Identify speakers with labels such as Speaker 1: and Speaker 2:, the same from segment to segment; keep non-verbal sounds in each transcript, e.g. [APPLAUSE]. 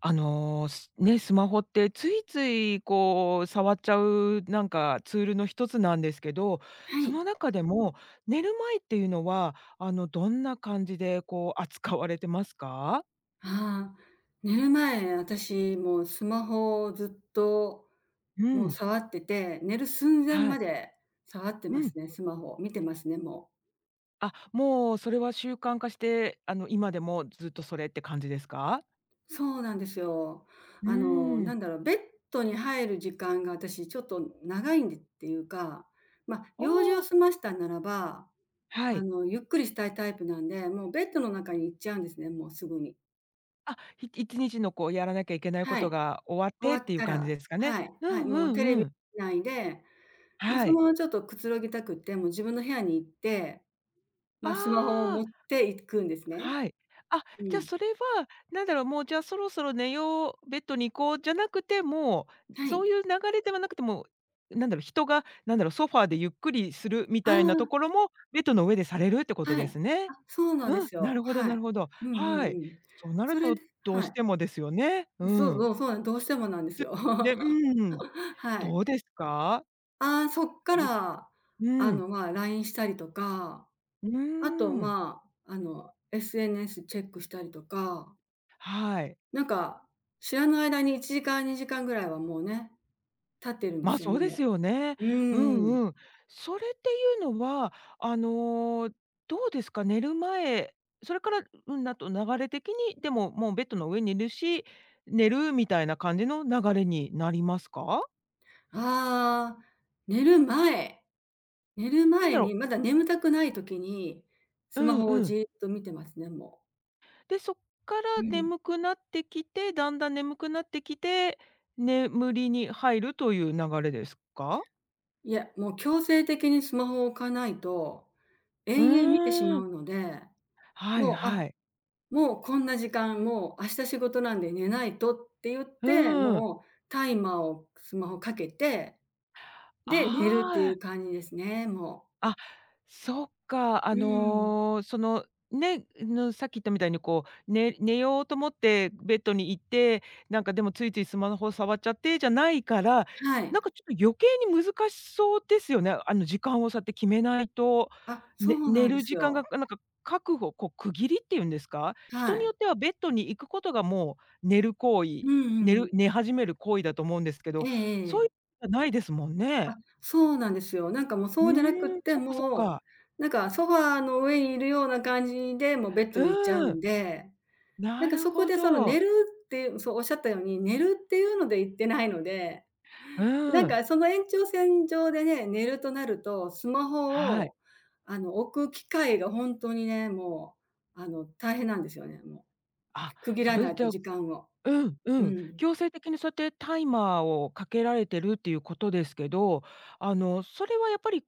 Speaker 1: スマホってついついこう触っちゃう、なんかツールの一つなんですけど、
Speaker 2: は
Speaker 1: そ
Speaker 2: い。
Speaker 1: の中でも寝る前っていうのは、どんな感じでこう扱われてますか？
Speaker 2: ああ、寝る前、私もうスマホをずっと、
Speaker 1: う
Speaker 2: もう
Speaker 1: ん、
Speaker 2: 触ってて、寝る寸前
Speaker 1: は
Speaker 2: ま
Speaker 1: い。
Speaker 2: で触って
Speaker 1: う
Speaker 2: ま
Speaker 1: ん。
Speaker 2: すね、スマホ。見てますね、もう。
Speaker 1: あ、もうそれは習慣化して、今でもずっとそれって感じですか？
Speaker 2: そうなんですよ。
Speaker 1: うー
Speaker 2: な
Speaker 1: ん。
Speaker 2: んだろう、ベッドに入る時間が私ちょっと長いんでっていうか、まあ、
Speaker 1: お
Speaker 2: 用事を
Speaker 1: お、
Speaker 2: 済ましたならば、
Speaker 1: はい。
Speaker 2: ゆっくりしたいタイプなんで、もうベッドの中に行っちゃうんですね、もうすぐに。
Speaker 1: 1日のこうやらなきゃいけないこ
Speaker 2: はい。
Speaker 1: とが終わっ
Speaker 2: 終
Speaker 1: て
Speaker 2: わ
Speaker 1: っ
Speaker 2: っ
Speaker 1: ていう
Speaker 2: た
Speaker 1: 感じ
Speaker 2: ら
Speaker 1: ですかね。
Speaker 2: はい、
Speaker 1: う
Speaker 2: はい、
Speaker 1: んう
Speaker 2: もうテレ
Speaker 1: ん
Speaker 2: ビ
Speaker 1: うん。
Speaker 2: 見ないでもう
Speaker 1: は
Speaker 2: その
Speaker 1: い。
Speaker 2: ままちょっとくつろぎたくって、もう自分の部屋に行って、ま
Speaker 1: あ
Speaker 2: あ、スマホを持
Speaker 1: あ。
Speaker 2: っていくんですね。
Speaker 1: はい。あ、
Speaker 2: う
Speaker 1: じゃ、
Speaker 2: ん。
Speaker 1: それは、なんだろう、もう、じゃあ、そろそろ寝よう、ベッドに行こうじゃなくて、も
Speaker 2: は
Speaker 1: う、そう
Speaker 2: い。
Speaker 1: いう流れではなくて、もう、なんだろう、人が、なんだろう、ソファーでゆっくりするみたいなと
Speaker 2: あ
Speaker 1: ころも、ベッドの上でされるってこ
Speaker 2: あ、
Speaker 1: と
Speaker 2: は
Speaker 1: で
Speaker 2: い。
Speaker 1: す
Speaker 2: あ、
Speaker 1: ね。
Speaker 2: そうなんで
Speaker 1: うん、
Speaker 2: す
Speaker 1: な
Speaker 2: よ。
Speaker 1: るほど
Speaker 2: は
Speaker 1: な
Speaker 2: い。
Speaker 1: るほど。
Speaker 2: うんう
Speaker 1: は
Speaker 2: ん
Speaker 1: い。
Speaker 2: うん。
Speaker 1: そうなる
Speaker 2: それ
Speaker 1: と、
Speaker 2: で
Speaker 1: どう
Speaker 2: は
Speaker 1: し
Speaker 2: い。
Speaker 1: てもですよね。うん。
Speaker 2: そうなんどうしてもなんですよ。[LAUGHS]
Speaker 1: で、うん、
Speaker 2: はい。
Speaker 1: どうですか？
Speaker 2: ああ、そっか
Speaker 1: それって
Speaker 2: ら、
Speaker 1: うん、
Speaker 2: まあ、LINE したりとか、
Speaker 1: うー
Speaker 2: あと、
Speaker 1: ん、
Speaker 2: まあ、SNS チェックしたりとか、
Speaker 1: はい。
Speaker 2: なんか、知らぬ間に1時間2時間ぐらいはもうね、経ってるんで
Speaker 1: ま、あ
Speaker 2: すよ
Speaker 1: そう
Speaker 2: ね、
Speaker 1: で
Speaker 2: も
Speaker 1: すよね。
Speaker 2: う。う
Speaker 1: う
Speaker 2: んん。
Speaker 1: んうん。それっていうのは、あの、どうですか、寝る前、それから、うん、あと流れ的に、でも、もうベッドの上にいるし、寝るみたいな感じの流れになりますか？
Speaker 2: ああ、寝る前寝る
Speaker 1: なんだ
Speaker 2: 前
Speaker 1: ろ
Speaker 2: に、
Speaker 1: う、
Speaker 2: まだ眠たくない時に、
Speaker 1: う
Speaker 2: スマ
Speaker 1: ん
Speaker 2: ホを
Speaker 1: うん。
Speaker 2: じーっと見てますね、も
Speaker 1: で、そっか
Speaker 2: う。う
Speaker 1: ら
Speaker 2: ん。
Speaker 1: 眠くなってきて、だんだん眠くなってきて、眠りに入るという流れですか？
Speaker 2: いや、もう強制的にスマホを置かないと、
Speaker 1: う
Speaker 2: 延々見てし
Speaker 1: ー
Speaker 2: ま
Speaker 1: ん。
Speaker 2: うので、
Speaker 1: はい
Speaker 2: もう、あ、
Speaker 1: はい。
Speaker 2: もうこんな時間、もう明日仕事なんで寝ないとって言っ
Speaker 1: う
Speaker 2: て、
Speaker 1: ん。
Speaker 2: もうタイマーをスマホかけて、で、寝るってい
Speaker 1: あ
Speaker 2: う
Speaker 1: あ。
Speaker 2: 感じですね、もう。
Speaker 1: あ、そっか。
Speaker 2: うーん。
Speaker 1: その、さっき言ったみたいにこう、寝ようと思ってベッドに行って、なんかでもついついスマホ触っちゃってじゃないから、
Speaker 2: はい。
Speaker 1: なんかちょっと余計に難しそうですよね。あの時間をって決めないと、
Speaker 2: あ、そ
Speaker 1: ね
Speaker 2: うな
Speaker 1: 寝
Speaker 2: んで
Speaker 1: る
Speaker 2: す
Speaker 1: 時間が
Speaker 2: よ。
Speaker 1: なんか確保、こう区切りっていうんですか？人
Speaker 2: は
Speaker 1: によ
Speaker 2: い。
Speaker 1: ってはベッドに行くことがもう寝る行
Speaker 2: う
Speaker 1: 為、
Speaker 2: んうんうん。
Speaker 1: 寝始める行為だと思うんですけ
Speaker 2: え
Speaker 1: ど、
Speaker 2: ええ
Speaker 1: そうい
Speaker 2: え。
Speaker 1: うのじゃないですもんね。
Speaker 2: そうなんですよ。なんかもう
Speaker 1: う
Speaker 2: そうじゃなくっ
Speaker 1: ーん、
Speaker 2: て、
Speaker 1: そっかそっ
Speaker 2: も
Speaker 1: か。
Speaker 2: う、なんかソファーの上にいるような感じで、もうベッドに行っちゃう
Speaker 1: うー
Speaker 2: ん
Speaker 1: ん、
Speaker 2: で、なん
Speaker 1: な
Speaker 2: か
Speaker 1: る
Speaker 2: そこ
Speaker 1: ほ
Speaker 2: でその寝
Speaker 1: ど。
Speaker 2: るっていう、そうおっしゃったように、寝るっていうので行ってないので、
Speaker 1: う
Speaker 2: な
Speaker 1: ー
Speaker 2: ん
Speaker 1: ん、
Speaker 2: かその延長線上でね、寝るとなると、スマホ
Speaker 1: はい。
Speaker 2: を置く機会が本当にね、もう大変なんですよね、も
Speaker 1: あ、
Speaker 2: う。区切
Speaker 1: そ
Speaker 2: らな
Speaker 1: れ
Speaker 2: い
Speaker 1: じ
Speaker 2: と
Speaker 1: ゃ、
Speaker 2: 時間を。
Speaker 1: うんう
Speaker 2: う
Speaker 1: ん、
Speaker 2: ん。
Speaker 1: 強制的にそうやってタイマーをかけられてるっていうことですけど、それはやっぱり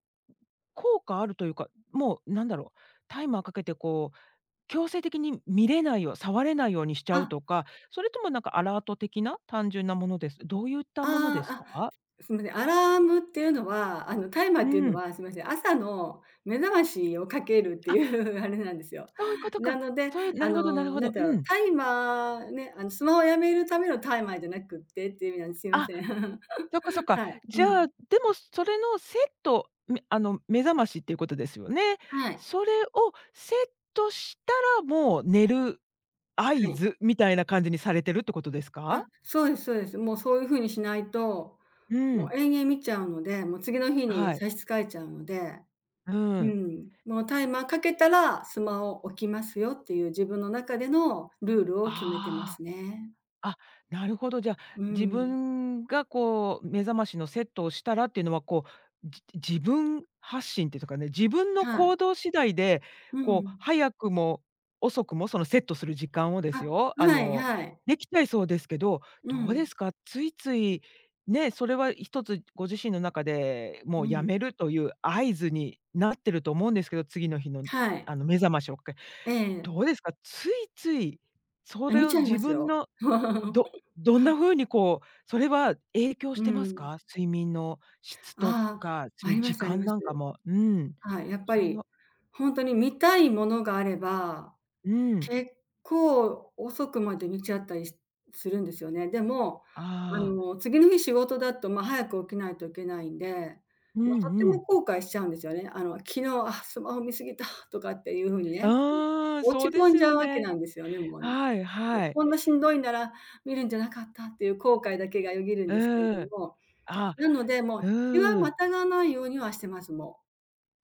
Speaker 1: 効果あるというか、もうなんだろう、タイマーかけてこう、強制的に見れないよう、触れないようにしちゃう
Speaker 2: あ
Speaker 1: とか、それともなんかアラート的な単純なものです。どういったもので
Speaker 2: ああ、
Speaker 1: す
Speaker 2: あ、
Speaker 1: か？
Speaker 2: すみません、アラームっていうのは、タイマーっ
Speaker 1: う
Speaker 2: ていうの
Speaker 1: ん。
Speaker 2: は、すみません、朝の目覚ましをかけるって
Speaker 1: あ、
Speaker 2: いう [LAUGHS] あれなんですよ。
Speaker 1: そういうこと
Speaker 2: な
Speaker 1: か。
Speaker 2: ので、
Speaker 1: そういうなるほどなるほ
Speaker 2: なん
Speaker 1: ど。
Speaker 2: だ
Speaker 1: う
Speaker 2: ろう、
Speaker 1: ん。
Speaker 2: タイマーね、スマホをやめるためのタイマーじゃなくってっていう意味なんです。すいま
Speaker 1: あ、
Speaker 2: せん。
Speaker 1: そっかそっ
Speaker 2: [LAUGHS]
Speaker 1: か。
Speaker 2: はい。う
Speaker 1: じ
Speaker 2: ん。
Speaker 1: ゃあ、でもそれのセット、目覚ましっていうことですよね。
Speaker 2: はい。
Speaker 1: それをセットしたら、もう寝る合
Speaker 2: はい。
Speaker 1: 図みたいな感じにされてるってことですか？
Speaker 2: そうですそうです。もうそういう風にしないと、
Speaker 1: う
Speaker 2: も
Speaker 1: ん。
Speaker 2: う延々見ちゃうので、もう次の日に
Speaker 1: はい。
Speaker 2: 差し支えちゃうので
Speaker 1: う
Speaker 2: う
Speaker 1: ん。
Speaker 2: ん、もうタイマーかけたらスマホ置きますよっていう自分の中でのルールを決めてま
Speaker 1: あ
Speaker 2: すね。
Speaker 1: あ。あ、なるほど。じゃあ、
Speaker 2: う
Speaker 1: 自
Speaker 2: ん。
Speaker 1: 分がこう目覚ましのセットをしたらっていうのは、こう、じ自分発信っていうとかね、自分の
Speaker 2: は
Speaker 1: 行
Speaker 2: い。
Speaker 1: 動次第で、
Speaker 2: う
Speaker 1: こう
Speaker 2: ん。
Speaker 1: 早くも遅くもそのセットする時間をで
Speaker 2: あ、
Speaker 1: すよ、
Speaker 2: はいはい。
Speaker 1: できちゃいそうですけど、
Speaker 2: う
Speaker 1: どう
Speaker 2: ん、
Speaker 1: ですか？ついつい、ね、それは一つご自身の中で
Speaker 2: う
Speaker 1: もうや
Speaker 2: ん。
Speaker 1: めるという合図になってると思うんですけど、次の日の
Speaker 2: はい。
Speaker 1: あの目覚ましをかけ、
Speaker 2: え
Speaker 1: どう
Speaker 2: え。
Speaker 1: ですか？ついついそ
Speaker 2: あ、
Speaker 1: れ
Speaker 2: 見ち
Speaker 1: を
Speaker 2: ゃいま
Speaker 1: 自
Speaker 2: す
Speaker 1: 分
Speaker 2: よ。
Speaker 1: の、ど
Speaker 2: [LAUGHS]
Speaker 1: どんな風にこう、それは影響
Speaker 2: う
Speaker 1: してます
Speaker 2: ん。
Speaker 1: か？睡眠の質と
Speaker 2: あ
Speaker 1: か、
Speaker 2: あ、あ
Speaker 1: 睡
Speaker 2: り
Speaker 1: 眠
Speaker 2: ま
Speaker 1: 時
Speaker 2: すあり
Speaker 1: 間
Speaker 2: ます。
Speaker 1: なんかも。うん。
Speaker 2: はい、やっぱ
Speaker 1: それ
Speaker 2: り
Speaker 1: は
Speaker 2: 本当に見たいものがあれば
Speaker 1: うん。
Speaker 2: 結構遅くまで寝ちゃったりするんですよね。でも、
Speaker 1: ああ、
Speaker 2: 次の日仕事だと、早く起きないといけないんで、
Speaker 1: うん
Speaker 2: とって
Speaker 1: う
Speaker 2: も
Speaker 1: ん。
Speaker 2: 後悔しちゃうんですよね。昨日、あ、スマホ見過ぎたとかっていう風に
Speaker 1: う
Speaker 2: ね、
Speaker 1: ーん、そ
Speaker 2: 落
Speaker 1: う
Speaker 2: ち
Speaker 1: で
Speaker 2: 込ん
Speaker 1: す
Speaker 2: じゃ
Speaker 1: よ
Speaker 2: うわけ
Speaker 1: ね。
Speaker 2: なんですよね、もうね。
Speaker 1: はい
Speaker 2: で、
Speaker 1: はい。
Speaker 2: こんなしんどいなら見るんじゃなかったっていう後悔だけがよぎるんですけれ
Speaker 1: うん。
Speaker 2: ども、
Speaker 1: あ、
Speaker 2: なので、もう日は
Speaker 1: う
Speaker 2: ま
Speaker 1: ん。
Speaker 2: たがないようにはしてます、も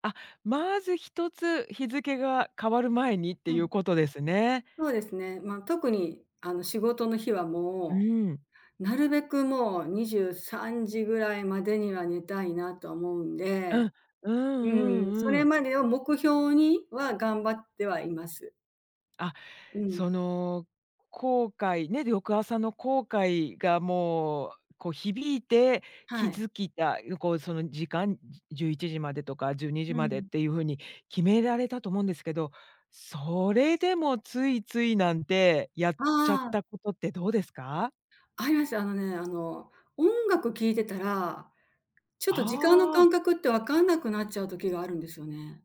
Speaker 1: あ、まず一つ日付が変わる前にって
Speaker 2: うう
Speaker 1: い
Speaker 2: ん。
Speaker 1: うことですね。
Speaker 2: そうですね、特に仕事の日は
Speaker 1: う
Speaker 2: も
Speaker 1: ん。
Speaker 2: うなるべくもう23時ぐらいまでには寝たいなと思うん
Speaker 1: う
Speaker 2: で、
Speaker 1: ん。うん
Speaker 2: うん、そ
Speaker 1: うんう
Speaker 2: れ
Speaker 1: ん、
Speaker 2: までを目標には頑張ってはいます。
Speaker 1: あ、
Speaker 2: うん。
Speaker 1: その、後悔ね、翌朝の後悔がもう、こう響いて、気
Speaker 2: はい。
Speaker 1: づきた、こうその時間、11時までとか12時
Speaker 2: う
Speaker 1: までっ
Speaker 2: ん。
Speaker 1: ていう風に決められたと思うんですけど、それでもついついなんてやっちゃっ
Speaker 2: あ
Speaker 1: た
Speaker 2: あ、
Speaker 1: ことってどうですか？
Speaker 2: あります。あのね、あの、音楽聴いてたら、ちょっと時間の
Speaker 1: あ
Speaker 2: 感覚ってわかんなくなっちゃう時があるんですよね。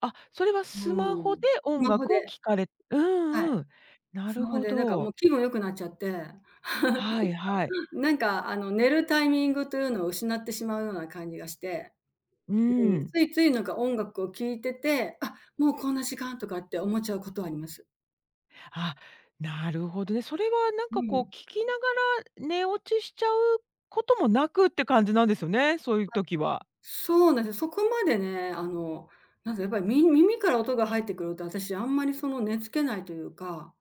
Speaker 1: あ、あ、それはスマホ
Speaker 2: う
Speaker 1: で
Speaker 2: ん。ス
Speaker 1: 音
Speaker 2: マホ
Speaker 1: 楽を
Speaker 2: で
Speaker 1: 聴かれ、う
Speaker 2: はい。
Speaker 1: んうん。な
Speaker 2: ス
Speaker 1: る
Speaker 2: マホ
Speaker 1: ほ
Speaker 2: でなんかも
Speaker 1: ど。
Speaker 2: う気分良くなっちゃって、
Speaker 1: はいはい。
Speaker 2: [LAUGHS] なんかあの、寝るタイミングというのを失ってしまうような感じがして
Speaker 1: う
Speaker 2: うん、
Speaker 1: ん。
Speaker 2: ついついなんか音楽を聴いてて、あ、もうこんな時間とかって思っちゃうことはあります。
Speaker 1: あ、なるほどね。それはなん
Speaker 2: う
Speaker 1: かこう
Speaker 2: ん。
Speaker 1: 聞きながら寝落ちしちゃうこともなくって感じなんですよね、そういう時は。
Speaker 2: そうなんです。そこまでね、なんかやっぱり耳から音が入ってくると、私あんまりその寝付けないというか、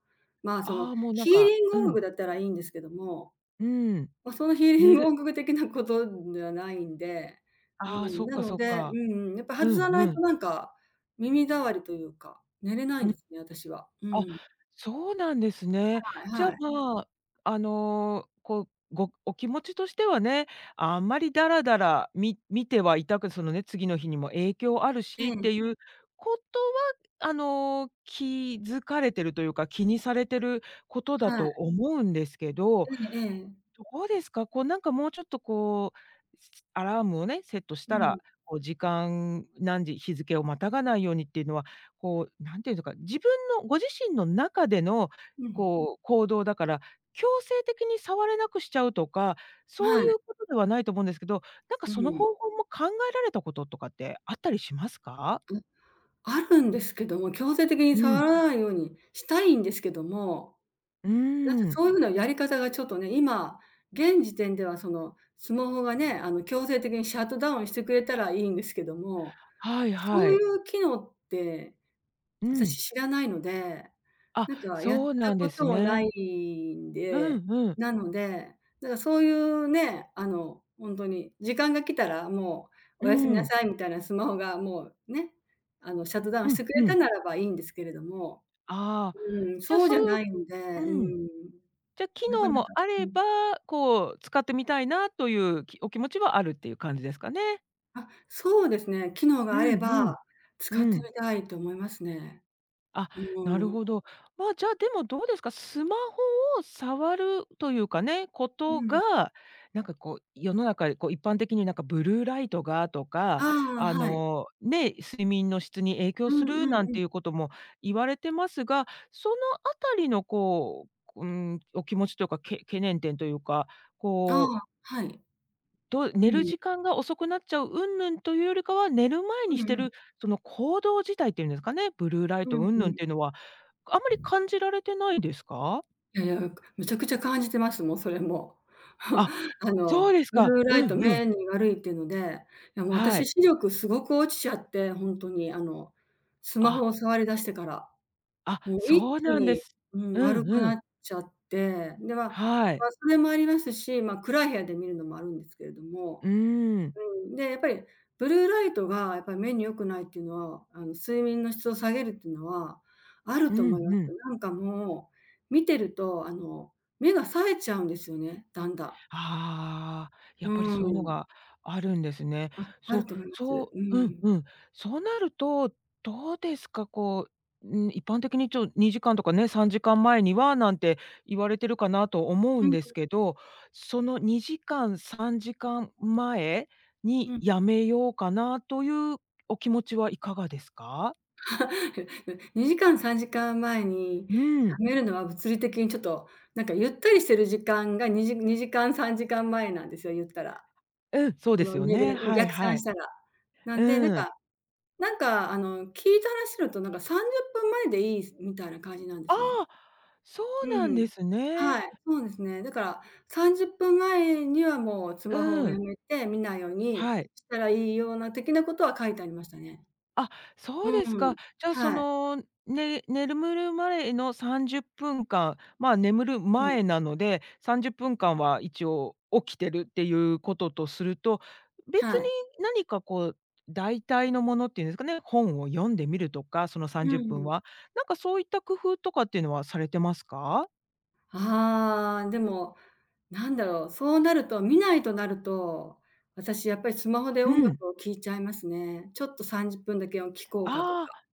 Speaker 2: まあ、その
Speaker 1: ああ、もうなん
Speaker 2: ヒー
Speaker 1: か
Speaker 2: リング
Speaker 1: う
Speaker 2: 音
Speaker 1: ん、
Speaker 2: 楽だったらいいんですけども、
Speaker 1: うん、
Speaker 2: ま、そのヒーリン
Speaker 1: 寝
Speaker 2: グ
Speaker 1: る
Speaker 2: 音楽的なことではないんで、う
Speaker 1: ああ、
Speaker 2: ん、
Speaker 1: そっ
Speaker 2: な
Speaker 1: か
Speaker 2: の
Speaker 1: そっ
Speaker 2: で、う
Speaker 1: か。
Speaker 2: んうん、やっぱ
Speaker 1: う
Speaker 2: 外
Speaker 1: ん
Speaker 2: さな
Speaker 1: う
Speaker 2: い
Speaker 1: ん。
Speaker 2: となんか、耳障りというか、寝れないんですね、私は。う
Speaker 1: あ、
Speaker 2: ん。
Speaker 1: そうなんですね。
Speaker 2: は
Speaker 1: じ
Speaker 2: い
Speaker 1: ゃあ、
Speaker 2: はい。
Speaker 1: まあ、こう、お気持ちとしてはね、あんまりだらだら見てはいたく、そのね、次の日にも影響ある
Speaker 2: え
Speaker 1: しっ
Speaker 2: え、
Speaker 1: ていうことは、気づかれてるというか、気にされてることだ
Speaker 2: はい。
Speaker 1: と思うんですけど、
Speaker 2: ええええ。
Speaker 1: どうですか？こう、なんかもうちょっとこう、アラームをね、セットし
Speaker 2: う
Speaker 1: た
Speaker 2: ん。
Speaker 1: ら、こう時間、何時、日付をまたがないようにっていうのは、こう、何て言うのか、自分のご自身の中での、
Speaker 2: うん。
Speaker 1: こう、行動だから、強制的に触れなくしちゃうとか、そう
Speaker 2: は
Speaker 1: い
Speaker 2: い。
Speaker 1: うことではないと思うんですけど、なんか
Speaker 2: う
Speaker 1: その
Speaker 2: ん。
Speaker 1: 方法も考えられたこととかってあったりしますか？
Speaker 2: あるんですけども、強制的に
Speaker 1: う
Speaker 2: 触
Speaker 1: ん。
Speaker 2: らないようにしたいんですけども、
Speaker 1: うー
Speaker 2: なんかそ
Speaker 1: ん。
Speaker 2: ういう風なやり方がちょっとね、今、現時点ではそのスマホがね、強制的にシャットダウンしてくれたらいいんですけども、
Speaker 1: はい
Speaker 2: そ
Speaker 1: は
Speaker 2: うい
Speaker 1: い。
Speaker 2: う機能って
Speaker 1: う
Speaker 2: 私
Speaker 1: ん。
Speaker 2: 知らないので、
Speaker 1: あ、
Speaker 2: なんかやっ
Speaker 1: そう
Speaker 2: た
Speaker 1: なん
Speaker 2: こ
Speaker 1: で
Speaker 2: と
Speaker 1: す
Speaker 2: もな
Speaker 1: ね。
Speaker 2: いん
Speaker 1: う
Speaker 2: で、
Speaker 1: んうん。
Speaker 2: なので、だからそういうね、ほんとに時間が来たらもう
Speaker 1: う
Speaker 2: おやすみな
Speaker 1: ん。
Speaker 2: さいみたいなスマホがもうね、シャットダウン
Speaker 1: う
Speaker 2: して
Speaker 1: ん
Speaker 2: くれ
Speaker 1: う
Speaker 2: た
Speaker 1: ん。
Speaker 2: ならばいいんですけれども、
Speaker 1: ああ、
Speaker 2: うん、
Speaker 1: じゃ、
Speaker 2: そうじ
Speaker 1: そう
Speaker 2: ゃ
Speaker 1: いう、
Speaker 2: ないので、うん、
Speaker 1: うん、じゃ、機
Speaker 2: なか
Speaker 1: 能
Speaker 2: な
Speaker 1: も
Speaker 2: か、
Speaker 1: あ
Speaker 2: う
Speaker 1: れ
Speaker 2: ん。
Speaker 1: ば、こう使ってみたいなというお気持ちはあるっていう感じですかね。
Speaker 2: あ、そうですね、機能が
Speaker 1: う
Speaker 2: あれ
Speaker 1: んうん、
Speaker 2: ば使っ
Speaker 1: う
Speaker 2: てみ
Speaker 1: ん。
Speaker 2: たいと思いますね。
Speaker 1: あ、
Speaker 2: う
Speaker 1: なる
Speaker 2: ーん、
Speaker 1: ほど。まあ、じゃあ、でもどうですか、スマホを触るというかね、こ
Speaker 2: う
Speaker 1: と
Speaker 2: ん。
Speaker 1: が、なんかこう、世の中でこう一般的になんかブルーライトがと
Speaker 2: あ
Speaker 1: か、
Speaker 2: あ、はい。
Speaker 1: ね、睡眠の質に影
Speaker 2: う
Speaker 1: 響す
Speaker 2: ん
Speaker 1: る
Speaker 2: うん
Speaker 1: なん
Speaker 2: うん。
Speaker 1: ていうことも言われてますが、そのあたりのこう、うん、お気持ちというか、懸念点というか、
Speaker 2: あ
Speaker 1: こう
Speaker 2: あ、はい。
Speaker 1: と
Speaker 2: う
Speaker 1: 寝る
Speaker 2: ん。
Speaker 1: 時間が遅くなっちゃう云々というよりかは、寝る前
Speaker 2: う
Speaker 1: に
Speaker 2: んう
Speaker 1: して
Speaker 2: ん。
Speaker 1: る、その行動自体っていうんですかね、ブルーライ
Speaker 2: う
Speaker 1: ト
Speaker 2: ん
Speaker 1: 云
Speaker 2: う
Speaker 1: 々っ
Speaker 2: ん。
Speaker 1: ていうのは、あまり感じられてないですか？
Speaker 2: いやいや、むちゃくちゃ感じてます、もうそれも。
Speaker 1: あ、
Speaker 2: [LAUGHS]
Speaker 1: そうです
Speaker 2: ブ
Speaker 1: か。
Speaker 2: ルーラ
Speaker 1: う
Speaker 2: イ
Speaker 1: ん
Speaker 2: ト
Speaker 1: うん。
Speaker 2: 目に悪いっていうので、いやもう
Speaker 1: は
Speaker 2: 私
Speaker 1: い。
Speaker 2: 視力すごく落ちちゃって、本当にスマ
Speaker 1: あ、
Speaker 2: ホを触り出してから、
Speaker 1: あ、
Speaker 2: もう一
Speaker 1: そう
Speaker 2: 気
Speaker 1: なんで
Speaker 2: に、
Speaker 1: す。
Speaker 2: うん、
Speaker 1: う
Speaker 2: 悪
Speaker 1: ん
Speaker 2: く
Speaker 1: う
Speaker 2: な
Speaker 1: ん。
Speaker 2: っちゃって、では、まあ
Speaker 1: はい。
Speaker 2: ま、それもありますし、まあ、暗い部屋で見るのもあるんですけれども
Speaker 1: うーん。
Speaker 2: で、やっぱりブルーライトがやっぱり目に良くないっていうのは、睡眠の質を下げるっていうのはある
Speaker 1: う
Speaker 2: と
Speaker 1: ん
Speaker 2: 思います。
Speaker 1: うん。
Speaker 2: なんかもう、見てると、目が冴えちゃうんですよね、だんだ
Speaker 1: ああ、
Speaker 2: ん。
Speaker 1: やっぱりそういうの
Speaker 2: うん。
Speaker 1: があるんですね。
Speaker 2: あ、あ
Speaker 1: そう、
Speaker 2: ると思います。
Speaker 1: そ
Speaker 2: う
Speaker 1: う、うん
Speaker 2: ん。
Speaker 1: うん。そうなると、どうですか、こう、ん、一般的に2時間とかね、3時間前にはなんて言われてるかなと思う
Speaker 2: う
Speaker 1: ん
Speaker 2: ん
Speaker 1: ですけど、その2時間、3時間前に
Speaker 2: うん。
Speaker 1: やめようかなというお気持ちはいかがですか？
Speaker 2: [LAUGHS] 2時間、3時間前に
Speaker 1: う
Speaker 2: や
Speaker 1: ん。
Speaker 2: めるのは物理的にちょっと、なんかゆったりしてる時間が2時間、3時間前なんですよ、言ったら。
Speaker 1: うん、そう
Speaker 2: そ
Speaker 1: で
Speaker 2: の
Speaker 1: すよ
Speaker 2: 寝
Speaker 1: ね。
Speaker 2: るうん、
Speaker 1: はい
Speaker 2: 逆
Speaker 1: は
Speaker 2: 算し
Speaker 1: い。
Speaker 2: たら。なんで、
Speaker 1: うん。
Speaker 2: なんか、聞いた話だと、なんか30分前でいいみたいな感じなんで
Speaker 1: あ
Speaker 2: すね。
Speaker 1: あ、そ
Speaker 2: う
Speaker 1: うなんで
Speaker 2: ん。
Speaker 1: すね。
Speaker 2: はい、そうですね。だから、30分前にはもうスマホ
Speaker 1: う
Speaker 2: をや
Speaker 1: ん。
Speaker 2: めて見ないように
Speaker 1: はい。
Speaker 2: したらいいような的なことは書いてありましたね。
Speaker 1: あ、そ
Speaker 2: う
Speaker 1: うです
Speaker 2: ん。
Speaker 1: か。じゃあ、そ
Speaker 2: はい。
Speaker 1: の、ね眠る前の30分間、まあ、眠る
Speaker 2: うん。
Speaker 1: 前なので、30分間は一応起きてるっていうこととすると、別
Speaker 2: はい。
Speaker 1: に何かこう、代替のものっていうんですかね、本を読んでみるとか、その
Speaker 2: う
Speaker 1: 30分
Speaker 2: ん。
Speaker 1: は、なんかそういった工夫とかっていうのはされてますか？
Speaker 2: ああ、でも、なんだろう、そうなると、見ないとなると、私やっぱりスマホで音
Speaker 1: うん。
Speaker 2: 楽を聴いちゃいますね。ちょっと30分だけを聴こうかと
Speaker 1: あ
Speaker 2: か。
Speaker 1: あ。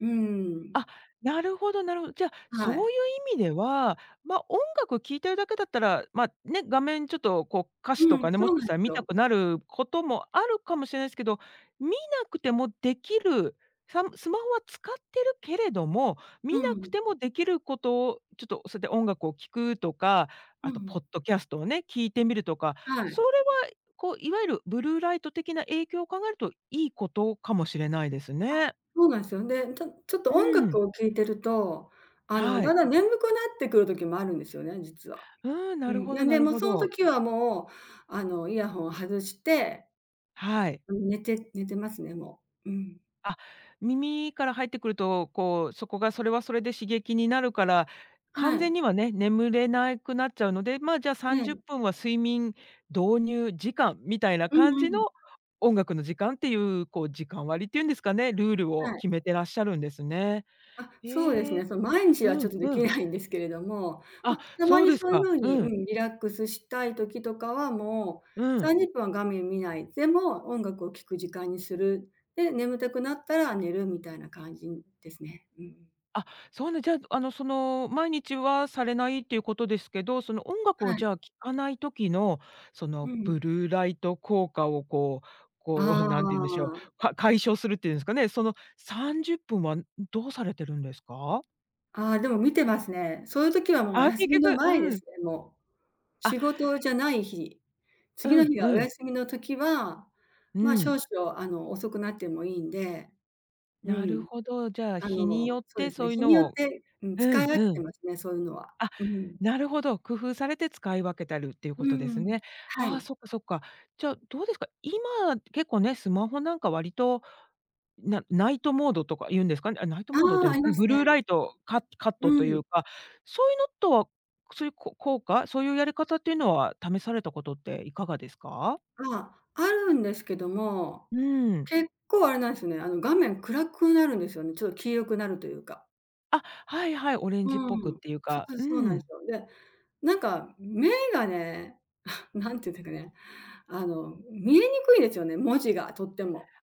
Speaker 2: うん。
Speaker 1: あ、なるほどなるほど。じゃあ、そ
Speaker 2: は
Speaker 1: う
Speaker 2: い。
Speaker 1: いう意味では、音楽聴いてるだけだったら、ね、画面ちょっと歌詞
Speaker 2: う
Speaker 1: と
Speaker 2: ん、
Speaker 1: かね、
Speaker 2: そう
Speaker 1: も
Speaker 2: な
Speaker 1: しか
Speaker 2: ん
Speaker 1: し
Speaker 2: で
Speaker 1: たら
Speaker 2: す
Speaker 1: 見た
Speaker 2: よ。
Speaker 1: くなることもあるかもしれないですけど、見なくてもできる、スマホは使ってるけれども、見
Speaker 2: う
Speaker 1: なく
Speaker 2: ん、
Speaker 1: てもできることを、ちょっとそうやって音楽を聴くとか、
Speaker 2: う
Speaker 1: あと
Speaker 2: ん、
Speaker 1: ポッドキャストをね、聞いてみるとか、
Speaker 2: は
Speaker 1: そ
Speaker 2: い。
Speaker 1: れはいわゆるブルーライト的な影響を考えるといいことかもしれないです
Speaker 2: あ、
Speaker 1: ね。
Speaker 2: そうなんですよ。で、ちょっと
Speaker 1: う
Speaker 2: 音楽
Speaker 1: ん、
Speaker 2: を聴いてると、
Speaker 1: は
Speaker 2: だん
Speaker 1: い。
Speaker 2: だん眠くなってくる時もあるんですよね、実は。
Speaker 1: うーん、な
Speaker 2: う
Speaker 1: る
Speaker 2: ん、
Speaker 1: ほ
Speaker 2: な
Speaker 1: ど
Speaker 2: ん
Speaker 1: な
Speaker 2: で、
Speaker 1: る
Speaker 2: もう
Speaker 1: ほ
Speaker 2: その
Speaker 1: ど。
Speaker 2: 時はもう、イヤホンを外して、
Speaker 1: はい。
Speaker 2: うん、寝てますね、もう。うん。
Speaker 1: あ、耳から入ってくると、こう、そこがそれはそれで刺激になるから、完
Speaker 2: は
Speaker 1: 全
Speaker 2: い。
Speaker 1: にはね、眠れなくなっちゃうので、まあ、じゃあ
Speaker 2: え
Speaker 1: 30
Speaker 2: え。
Speaker 1: 分は睡眠導入時間みたいな
Speaker 2: う
Speaker 1: 感
Speaker 2: んう
Speaker 1: じの
Speaker 2: ん。
Speaker 1: 音楽の時間っていう、こう、時間割っていうんですかね、ルール
Speaker 2: は
Speaker 1: を
Speaker 2: い。
Speaker 1: 決めてらっしゃるんですね。
Speaker 2: あ、そうです
Speaker 1: え
Speaker 2: ね。
Speaker 1: え、
Speaker 2: その毎日は
Speaker 1: う
Speaker 2: ち
Speaker 1: ん
Speaker 2: ょっとで
Speaker 1: う
Speaker 2: き
Speaker 1: ん。
Speaker 2: ないんですけれども、
Speaker 1: あ、
Speaker 2: ま、たま
Speaker 1: そう
Speaker 2: に
Speaker 1: です
Speaker 2: そういう
Speaker 1: か。
Speaker 2: 風に、
Speaker 1: う
Speaker 2: う
Speaker 1: ん、
Speaker 2: ん、リラックスしたい時とかはもう
Speaker 1: うん。
Speaker 2: 30分は画面見ない、でも音楽を聴く時間にする、で、眠たくなったら寝るみたいな感じですね。うん。
Speaker 1: あ、そうね、じゃあ、その、毎日はされないっていうことですけど、その、音楽を
Speaker 2: は
Speaker 1: じ
Speaker 2: い。
Speaker 1: ゃあ聴かない時の、そ
Speaker 2: う
Speaker 1: の、
Speaker 2: ん。
Speaker 1: ブルーライト効果を
Speaker 2: あ
Speaker 1: なんて言うんでしょう、
Speaker 2: あ。
Speaker 1: 解消するっていうんですかね、その30分はどうされてるんですか？
Speaker 2: ああ、でも見てますね。そういう時はもう
Speaker 1: あ、
Speaker 2: 休
Speaker 1: 結
Speaker 2: みの
Speaker 1: 局
Speaker 2: 前
Speaker 1: う
Speaker 2: で
Speaker 1: ん。
Speaker 2: すね、もう。
Speaker 1: あ、
Speaker 2: 仕事じゃない日、次
Speaker 1: う
Speaker 2: の
Speaker 1: ん
Speaker 2: 日がお
Speaker 1: うん。
Speaker 2: 休みの時は、
Speaker 1: う
Speaker 2: ま、少
Speaker 1: ん。
Speaker 2: 々あの遅くなってもいいんで、う
Speaker 1: なる
Speaker 2: ん。
Speaker 1: ほど、じゃあ、日によっ
Speaker 2: そうで
Speaker 1: て
Speaker 2: すね、
Speaker 1: そういう
Speaker 2: 日に
Speaker 1: の
Speaker 2: よっ
Speaker 1: を、
Speaker 2: て、うん、
Speaker 1: う
Speaker 2: 使い
Speaker 1: ん
Speaker 2: 分け
Speaker 1: う
Speaker 2: て
Speaker 1: ん。
Speaker 2: ますね、そういうのは。
Speaker 1: あ、
Speaker 2: うん。
Speaker 1: なるほど、工夫されて使い分けてるっていう
Speaker 2: う
Speaker 1: ことです
Speaker 2: ん。
Speaker 1: ね。
Speaker 2: は
Speaker 1: ああ、
Speaker 2: い。
Speaker 1: そっかそっか。じゃあ、どうですか、今、結構ね、スマホなんか割と、ナイトモードとか言うんですかね。あ、ナイト
Speaker 2: あ
Speaker 1: モードって言
Speaker 2: あ、
Speaker 1: うんで
Speaker 2: あ
Speaker 1: す
Speaker 2: り
Speaker 1: かね。
Speaker 2: ます
Speaker 1: ブル
Speaker 2: ね。
Speaker 1: ーライトカカット
Speaker 2: う
Speaker 1: とい
Speaker 2: ん。
Speaker 1: うか、そういうのとは、そういうこ効果、そういうやり方っていうのは試されたことっていかがですか？
Speaker 2: ああ、るんですけども、
Speaker 1: うん。
Speaker 2: 結構あれなんですよね、画面暗くなるんですよね、ちょっと黄色くなるというか。
Speaker 1: あ、はいはい、オレンジっ
Speaker 2: う
Speaker 1: ぽくっ
Speaker 2: ん。
Speaker 1: ていう
Speaker 2: そ
Speaker 1: か、
Speaker 2: う
Speaker 1: う
Speaker 2: そうなんで
Speaker 1: ん。
Speaker 2: すよ。で、なんか目がね、何て言うんですかね、見えにくいんですよね、文字がとっても、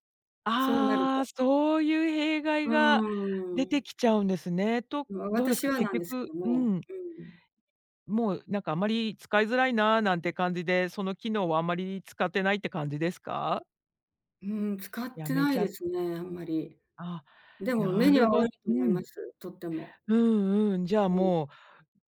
Speaker 2: そうなる
Speaker 1: ああ、
Speaker 2: と。
Speaker 1: そういう弊害が
Speaker 2: うー
Speaker 1: 出て
Speaker 2: ん。
Speaker 1: きちゃうんですね。と、
Speaker 2: ま
Speaker 1: どうです
Speaker 2: 私
Speaker 1: か、
Speaker 2: は
Speaker 1: 結
Speaker 2: なんですけ
Speaker 1: 局
Speaker 2: ど
Speaker 1: う
Speaker 2: も、
Speaker 1: ん、
Speaker 2: うん。
Speaker 1: もうなんかあまり使いづらいななんて感じで、その機能はあまり使ってないって感じですか？
Speaker 2: うん、使っ
Speaker 1: や
Speaker 2: て
Speaker 1: め
Speaker 2: ない
Speaker 1: ちゃ
Speaker 2: ですね、あんまり。
Speaker 1: あ、
Speaker 2: でも
Speaker 1: な
Speaker 2: 目に
Speaker 1: る
Speaker 2: は
Speaker 1: ほ
Speaker 2: 悪
Speaker 1: う
Speaker 2: いと思いま
Speaker 1: ん。
Speaker 2: す、とっても。
Speaker 1: うんうん。じゃあもう、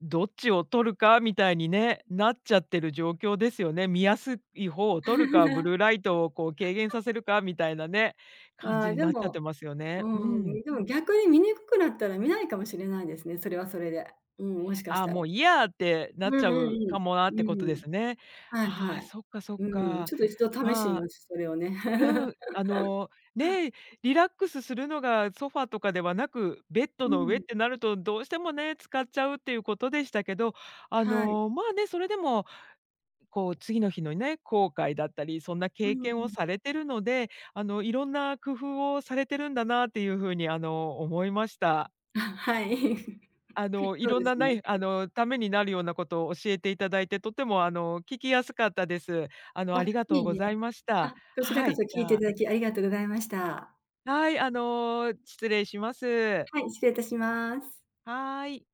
Speaker 1: どっちを取るかみたいにね、なっちゃってる状況ですよね。見やすい方を取るか、ブルー
Speaker 2: [LAUGHS]
Speaker 1: ライトをこう軽減させるかみたいなね、感
Speaker 2: あ
Speaker 1: じ
Speaker 2: ー
Speaker 1: に
Speaker 2: で
Speaker 1: なっちゃっ
Speaker 2: も、
Speaker 1: てますよね。う
Speaker 2: う
Speaker 1: ん。
Speaker 2: ん、でも逆に見にくくなったら見ないかもしれないですね、それはそれで。うん、もしかし
Speaker 1: あ、
Speaker 2: たら。
Speaker 1: もういいやって
Speaker 2: う
Speaker 1: なっち
Speaker 2: ん
Speaker 1: ゃ
Speaker 2: う
Speaker 1: うか
Speaker 2: ん
Speaker 1: もな
Speaker 2: う
Speaker 1: ってこと
Speaker 2: ん。
Speaker 1: で
Speaker 2: うん。
Speaker 1: すね。
Speaker 2: はい
Speaker 1: あ
Speaker 2: は
Speaker 1: あ、
Speaker 2: い。
Speaker 1: そっかそっ
Speaker 2: うん、
Speaker 1: か。
Speaker 2: ちょっと一度試して
Speaker 1: ま
Speaker 2: み
Speaker 1: あ、
Speaker 2: ます、それをね。
Speaker 1: うん、
Speaker 2: [LAUGHS]
Speaker 1: ね、リラックスするのがソファとかではなく、ベッド
Speaker 2: う
Speaker 1: の上っ
Speaker 2: ん、
Speaker 1: てなるとどうしてもね、使っちゃうっていうことでしたけど、
Speaker 2: はい。
Speaker 1: まあね、それでもこう次の日のね、後悔だったり、そんな
Speaker 2: う
Speaker 1: 経験を
Speaker 2: ん
Speaker 1: されてるので、いろんな工夫をされてるんだなっていうふうに思いました。
Speaker 2: あ、はい。[LAUGHS]
Speaker 1: い
Speaker 2: そう
Speaker 1: ろ
Speaker 2: で
Speaker 1: んな
Speaker 2: す
Speaker 1: な
Speaker 2: ね。
Speaker 1: いためになるようなことを教えていただいて、とても聞きやすかったです。ありが
Speaker 2: い
Speaker 1: とうご
Speaker 2: い
Speaker 1: ざ
Speaker 2: え。
Speaker 1: いました。
Speaker 2: あ、こちら
Speaker 1: は
Speaker 2: こそ
Speaker 1: い、じ
Speaker 2: 聞いて
Speaker 1: ゃ
Speaker 2: い
Speaker 1: あ、
Speaker 2: ただきありがとうございました。
Speaker 1: はい、失礼します。
Speaker 2: はい、失礼いたします。
Speaker 1: はーい。